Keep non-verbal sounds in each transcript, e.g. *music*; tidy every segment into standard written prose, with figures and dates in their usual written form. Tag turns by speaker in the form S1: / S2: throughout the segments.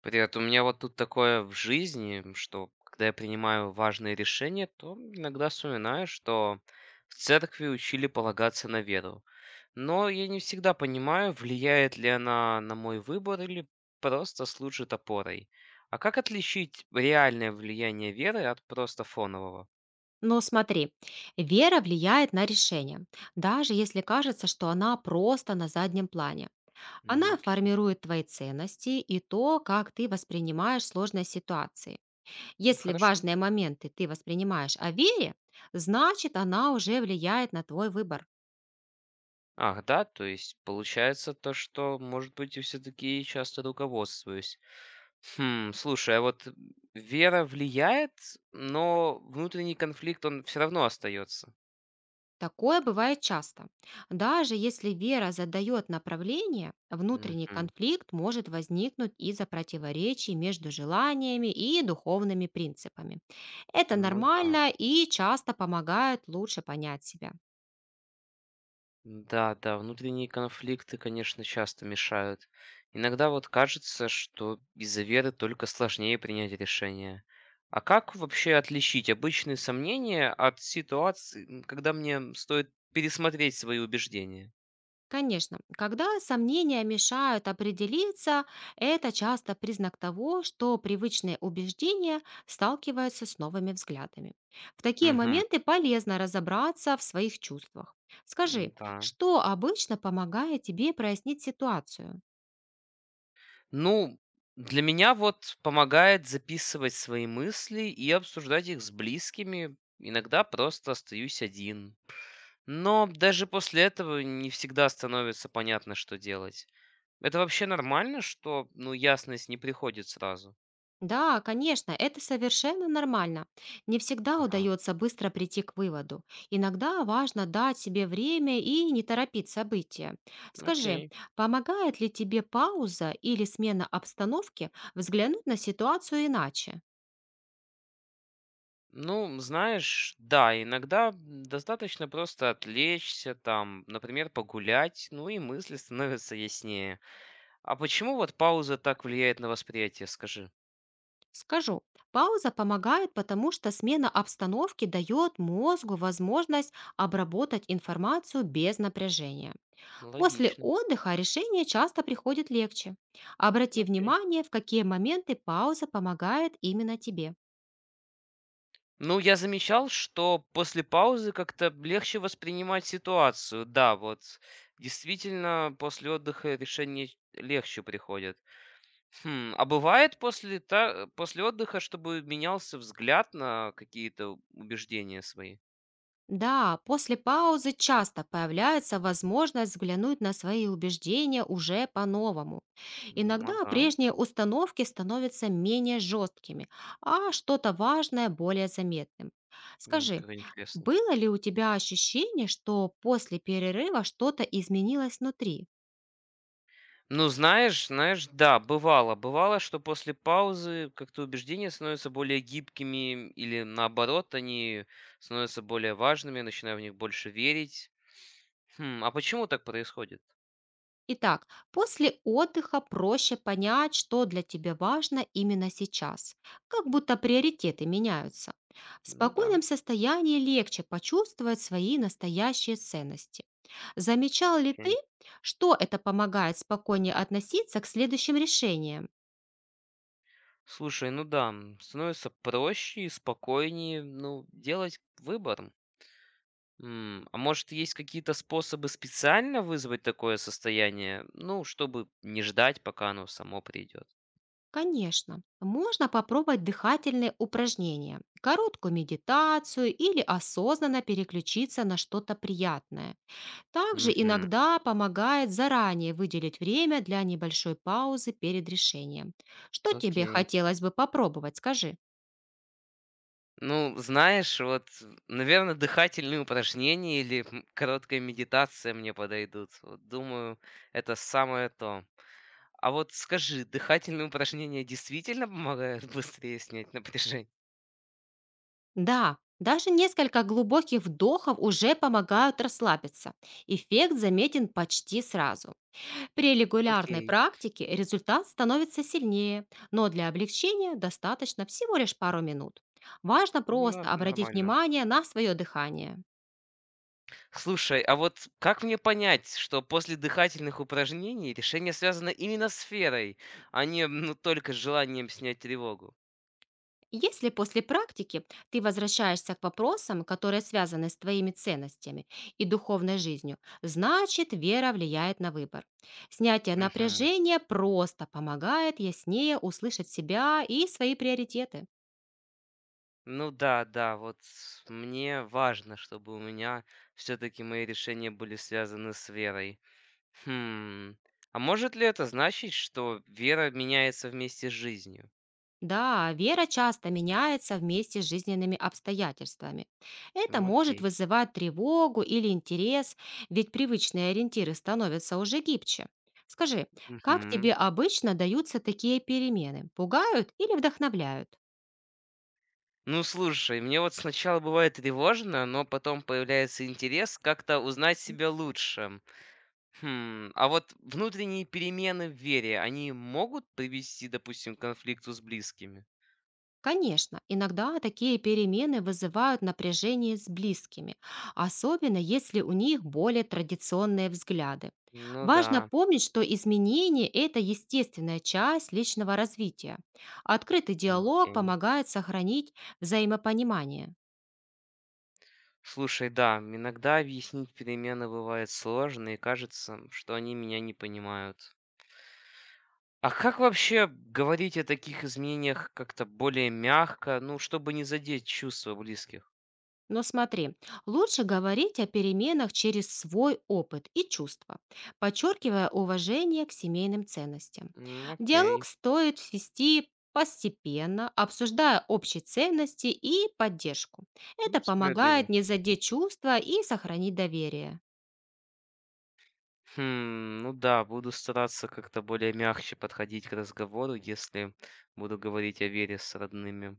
S1: Привет. У меня вот тут такое в жизни, что когда я принимаю важные решения, то иногда вспоминаю, что в церкви учили полагаться на веру. Но я не всегда понимаю, влияет ли она на мой выбор или просто служит опорой. А как отличить реальное влияние веры от просто фонового?
S2: Но смотри, вера влияет на решение, даже если кажется, что она просто на заднем плане. Она
S1: Окей,
S2: формирует твои ценности и то, как ты воспринимаешь сложные ситуации.
S1: ну
S2: Если
S1: хорошо.
S2: важные моменты ты воспринимаешь о вере, значит она уже влияет на твой выбор.
S1: Ах, да, то есть получается то, что, может быть, я все-таки часто руководствуюсь. Хм, слушай, а вот вера влияет, но внутренний конфликт, он все равно остается.
S2: Такое бывает часто. Даже если вера задает направление, внутренний
S1: Мгм.
S2: конфликт может возникнуть из-за противоречий между желаниями и духовными принципами. Это
S1: Ну да.
S2: нормально и часто помогает лучше понять себя.
S1: Да, да, внутренние конфликты, конечно, часто мешают. Иногда вот кажется, что из-за веры только сложнее принять решение. А как вообще отличить обычные сомнения от ситуации, когда мне стоит пересмотреть свои убеждения?
S2: Конечно, когда сомнения мешают определиться, это часто признак того, что привычные убеждения сталкиваются с новыми взглядами. В такие
S1: Угу.
S2: моменты полезно разобраться в своих чувствах. Скажи,
S1: Да.
S2: что обычно помогает тебе прояснить ситуацию?
S1: Ну, для меня вот помогает записывать свои мысли и обсуждать их с близкими. Иногда просто остаюсь один. Но даже после этого не всегда становится понятно, что делать. Это вообще нормально, что, ну, ясность не приходит сразу?
S2: Да, конечно, это совершенно нормально. Не всегда
S1: Ага,
S2: удается быстро прийти к выводу. Иногда важно дать себе время и не торопить события. Скажи,
S1: окей.
S2: помогает ли тебе пауза или смена обстановки взглянуть на ситуацию иначе?
S1: Ну, знаешь, да, иногда достаточно просто отвлечься, там, например, погулять, ну и мысли становятся яснее. А почему вот пауза так влияет на восприятие, скажи?
S2: Скажу, пауза помогает, потому что смена обстановки дает мозгу возможность обработать информацию без напряжения.
S1: Ну,
S2: После
S1: логично.
S2: отдыха решение часто приходит легче. Обрати
S1: Окей.
S2: внимание, в какие моменты пауза помогает именно тебе.
S1: Ну, я замечал, что после паузы как-то легче воспринимать ситуацию. Да, вот действительно, после отдыха решения легче приходят. Хм, а бывает после, после отдыха, чтобы менялся взгляд на какие-то убеждения свои?
S2: Да, после паузы часто появляется возможность взглянуть на свои убеждения уже по-новому. Иногда
S1: Ага,
S2: прежние установки становятся менее жесткими, а что-то важное более заметным. Скажи,
S1: Как интересно.
S2: было ли у тебя ощущение, что после перерыва что-то изменилось внутри?
S1: Ну, знаешь, да, бывало. Бывало, что после паузы как-то убеждения становятся более гибкими или, наоборот, они становятся более важными, я начинаю в них больше верить. Хм, а почему так происходит?
S2: Итак, после отдыха проще понять, что для тебя важно именно сейчас, как будто приоритеты меняются. В
S1: Ну да,
S2: спокойном состоянии легче почувствовать свои настоящие ценности. Замечал ли ты,
S1: окей.
S2: что это помогает спокойнее относиться к следующим решениям?
S1: Слушай, ну да, становится проще и спокойнее, ну, делать выбор. А может, есть какие-то способы специально вызвать такое состояние? Ну, чтобы не ждать, пока оно само придет.
S2: Конечно, можно попробовать дыхательные упражнения, короткую медитацию или осознанно переключиться на что-то приятное. Также
S1: Мгм.
S2: иногда помогает заранее выделить время для небольшой паузы перед решением. Что тебе
S1: Окей.
S2: хотелось бы попробовать, скажи?
S1: Ну, знаешь, вот, наверное, дыхательные упражнения или короткая медитация мне подойдут. Вот, думаю, это самое то. А вот скажи, дыхательные упражнения действительно помогают *laughs* быстрее снять напряжение?
S2: Да, даже несколько глубоких вдохов уже помогают расслабиться. Эффект заметен почти сразу. При регулярной
S1: Окей,
S2: практике результат становится сильнее, но для облегчения достаточно всего лишь пару минут. Важно
S1: ну,
S2: просто
S1: это
S2: обратить
S1: нормально.
S2: внимание на свое дыхание.
S1: Слушай, а вот как мне понять, что после дыхательных упражнений решение связано именно с сферой, а не ну, только с желанием снять тревогу?
S2: Если после практики ты возвращаешься к вопросам, которые связаны с твоими ценностями и духовной жизнью, значит вера влияет на выбор. Снятие
S1: Мгм.
S2: напряжения просто помогает яснее услышать себя и свои приоритеты.
S1: Ну да, да, вот мне важно, чтобы у меня все-таки мои решения были связаны с верой. Хм. А может ли это значить, что вера меняется вместе с жизнью?
S2: Да, вера часто меняется вместе с жизненными обстоятельствами. Это может
S1: Окей.
S2: вызывать тревогу или интерес, ведь привычные ориентиры становятся уже гибче. Скажи, как
S1: Мгм.
S2: тебе обычно даются такие перемены? Пугают или вдохновляют?
S1: Ну слушай, мне вот сначала бывает тревожно, но потом появляется интерес как-то узнать себя лучше. Хм. А вот внутренние перемены в вере, они могут привести, допустим, к конфликту с близкими?
S2: Конечно, иногда такие перемены вызывают напряжение с близкими, особенно если у них более традиционные взгляды.
S1: Ну
S2: Важно
S1: да.
S2: помнить, что изменения– это естественная часть личного развития. Открытый диалог
S1: Окей.
S2: помогает сохранить взаимопонимание.
S1: Слушай, да, иногда объяснить перемены бывает сложно, и кажется, что они меня не понимают. А как вообще говорить о таких изменениях как-то более мягко, ну, чтобы не задеть чувства близких?
S2: Но смотри, лучше говорить о переменах через свой опыт и чувства, подчеркивая уважение к семейным ценностям. Диалог
S1: Окей,
S2: стоит вести постепенно, обсуждая общие ценности и поддержку.
S1: М,
S2: Это
S1: справедливо.
S2: помогает не задеть чувства и сохранить доверие.
S1: Хм, ну да, буду стараться как-то более мягче подходить к разговору, если буду говорить о вере с родными.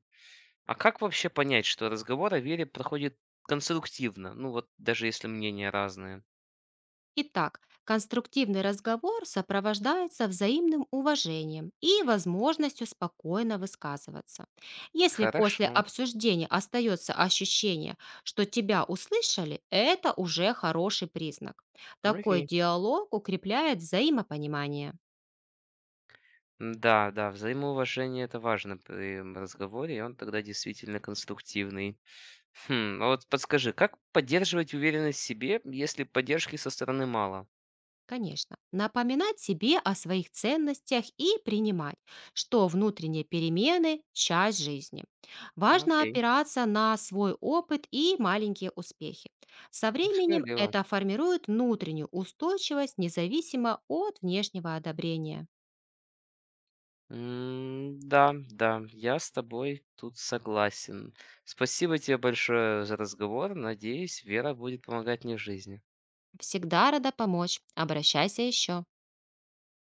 S1: А как вообще понять, что разговор о вере проходит конструктивно? Ну вот даже если мнения разные.
S2: Итак, конструктивный разговор сопровождается взаимным уважением и возможностью спокойно высказываться. Если после
S1: Хорошо.
S2: обсуждения остается ощущение, что тебя услышали, это уже хороший признак. Такой
S1: Окей.
S2: диалог укрепляет взаимопонимание.
S1: Да, да, взаимоуважение- это важно при разговоре, и он тогда действительно конструктивный. Хм, а вот подскажи, как поддерживать уверенность в себе, если поддержки со стороны мало?
S2: Конечно. Напоминать себе о своих ценностях и принимать, что внутренние перемены– часть жизни.
S1: Ну,
S2: Важно
S1: окей,
S2: опираться на свой опыт и маленькие успехи. Со временем
S1: справедливо.
S2: это формирует внутреннюю устойчивость независимо от внешнего одобрения.
S1: Да, да, я с тобой тут согласен. Спасибо тебе большое за разговор. Надеюсь, вера будет помогать мне в жизни.
S2: Всегда рада помочь. Обращайся еще.